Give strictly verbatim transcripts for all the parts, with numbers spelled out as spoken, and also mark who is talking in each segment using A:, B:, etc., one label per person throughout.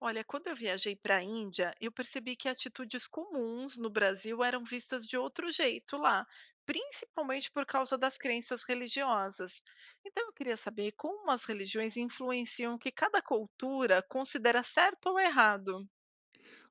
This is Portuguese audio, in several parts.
A: Olha, quando eu viajei para a Índia, eu percebi que atitudes comuns no Brasil eram vistas de outro jeito lá, principalmente por causa das crenças religiosas. Então eu queria saber como as religiões influenciam o que cada cultura considera certo ou errado.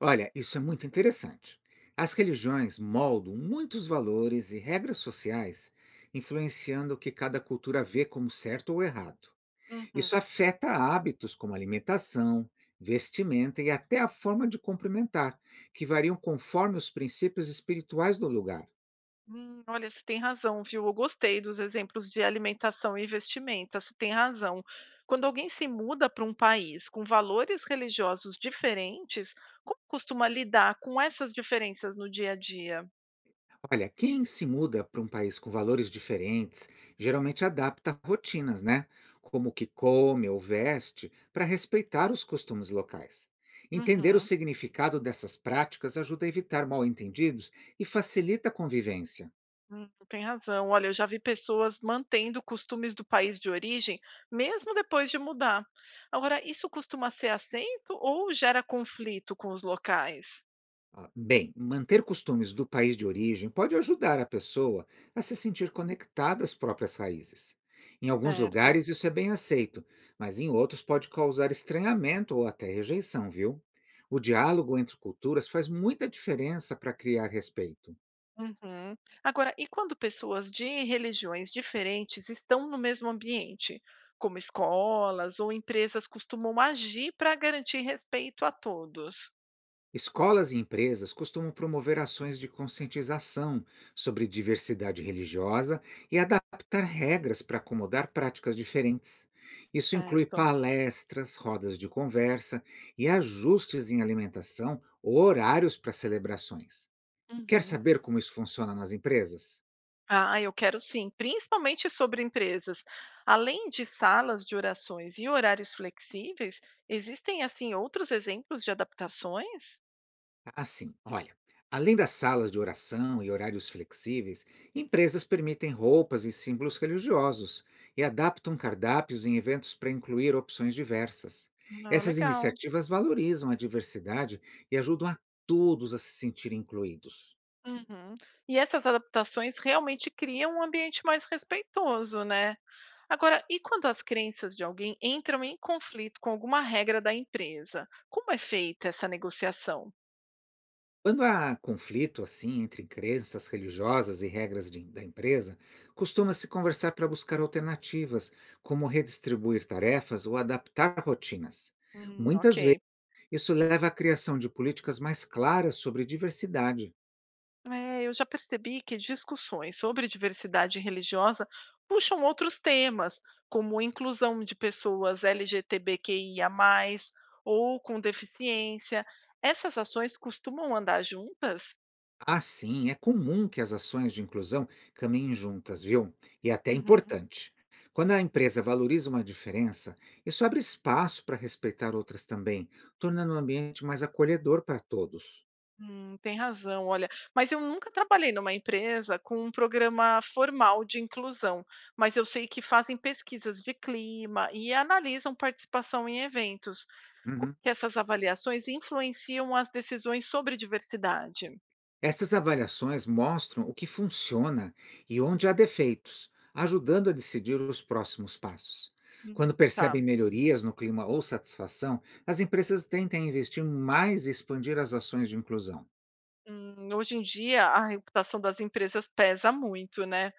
B: Olha, isso é muito interessante. As religiões moldam muitos valores e regras sociais, influenciando o que cada cultura vê como certo ou errado.
A: Uhum.
B: Isso afeta hábitos como alimentação, vestimenta e até a forma de cumprimentar, que variam conforme os princípios espirituais do lugar.
A: Hum, olha, você tem razão, viu? Eu gostei dos exemplos de alimentação e vestimenta, você tem razão. Quando alguém se muda para um país com valores religiosos diferentes, como costuma lidar com essas diferenças no dia a dia?
B: Olha, quem se muda para um país com valores diferentes geralmente adapta rotinas, né? Como o que come ou veste, para respeitar os costumes locais. Entender o
A: Uhum.
B: significado dessas práticas ajuda a evitar mal-entendidos e facilita a convivência.
A: Hum, tem razão. Olha, eu já vi pessoas mantendo costumes do país de origem, mesmo depois de mudar. Agora, isso costuma ser aceito ou gera conflito com os locais?
B: Ah, bem, manter costumes do país de origem pode ajudar a pessoa a se sentir conectada às próprias raízes. Em alguns
A: Certo.
B: lugares isso é bem aceito, mas em outros pode causar estranhamento ou até rejeição, viu? O diálogo entre culturas faz muita diferença para criar respeito.
A: Uhum. Agora, e quando pessoas de religiões diferentes estão no mesmo ambiente, como escolas ou empresas costumam agir para garantir respeito a todos?
B: Escolas e empresas costumam promover ações de conscientização sobre diversidade religiosa e adaptar regras para acomodar práticas diferentes. Isso inclui
A: Certo.
B: palestras, rodas de conversa e ajustes em alimentação ou horários para celebrações. Quer
A: Uhum.
B: saber como isso funciona nas empresas?
A: Ah, eu quero sim, principalmente sobre empresas. Além de salas de orações e horários flexíveis, existem assim outros exemplos de adaptações?
B: Ah, sim. Olha, além das salas de oração e horários flexíveis, empresas permitem roupas e símbolos religiosos e adaptam cardápios em eventos para incluir opções diversas.
A: Ah,
B: Essas
A: legal.
B: iniciativas valorizam a diversidade e ajudam a todos a se sentirem incluídos.
A: Uhum. E essas adaptações realmente criam um ambiente mais respeitoso, né? Agora, e quando as crenças de alguém entram em conflito com alguma regra da empresa? Como é feita essa negociação?
B: Quando há conflito assim entre crenças religiosas e regras de- da empresa, costuma-se conversar para buscar alternativas, como redistribuir tarefas ou adaptar rotinas.
A: Hum, ok.
B: Muitas Isso leva à criação de políticas mais claras sobre diversidade.
A: É, eu já percebi que discussões sobre diversidade religiosa puxam outros temas, como inclusão de pessoas L G B T Q I A mais, ou com deficiência. Essas ações costumam andar juntas?
B: Assim, é comum que as ações de inclusão caminhem juntas, viu? E até é até
A: Uhum.
B: importante. Quando a empresa valoriza uma diferença, isso abre espaço para respeitar outras também, tornando o ambiente mais acolhedor para todos.
A: Hum, tem razão, olha. Mas eu nunca trabalhei numa empresa com um programa formal de inclusão, mas eu sei que fazem pesquisas de clima e analisam participação em eventos. Como
B: Uhum.
A: que essas avaliações influenciam as decisões sobre diversidade?
B: Essas avaliações mostram o que funciona e onde há defeitos, ajudando a decidir os próximos passos.
A: Hum.
B: Quando percebem
A: Tá.
B: melhorias no clima ou satisfação, as empresas tentam investir mais e expandir as ações de inclusão.
A: Hum, hoje em dia, a reputação das empresas pesa muito, né?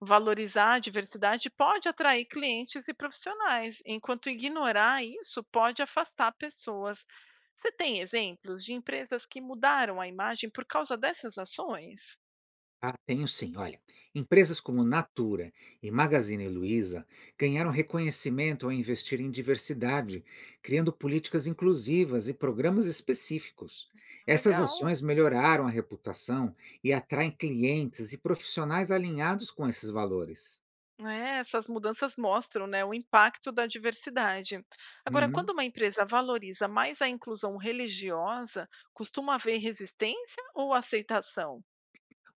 A: Valorizar a diversidade pode atrair clientes e profissionais, enquanto ignorar isso pode afastar pessoas. Você tem exemplos de empresas que mudaram a imagem por causa dessas ações?
B: Ah, tenho sim. Olha, empresas como Natura e Magazine Luiza ganharam reconhecimento ao investir em diversidade, criando políticas inclusivas e programas específicos. Essas
A: Legal.
B: ações melhoraram a reputação e atraem clientes e profissionais alinhados com esses valores.
A: É, essas mudanças mostram, né, o impacto da diversidade. Agora, quando
B: Uhum.
A: uma empresa valoriza mais a inclusão religiosa, costuma haver resistência ou aceitação?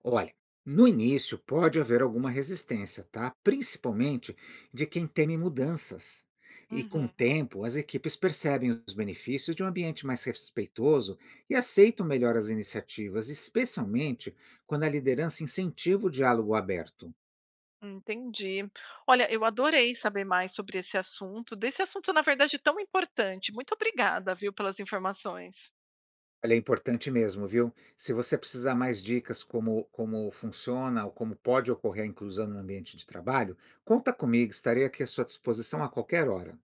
B: Olha, no início pode haver alguma resistência, tá? Principalmente de quem teme mudanças. E com o
A: Uhum.
B: tempo, as equipes percebem os benefícios de um ambiente mais respeitoso e aceitam melhor as iniciativas, especialmente quando a liderança incentiva o diálogo aberto.
A: Entendi. Olha, eu adorei saber mais sobre esse assunto, desse assunto, na verdade, tão importante. Muito obrigada, viu, pelas informações.
B: Olha, é importante mesmo, viu? Se você precisar mais dicas como, como funciona ou como pode ocorrer a inclusão no ambiente de trabalho, conta comigo, estarei aqui à sua disposição a qualquer hora.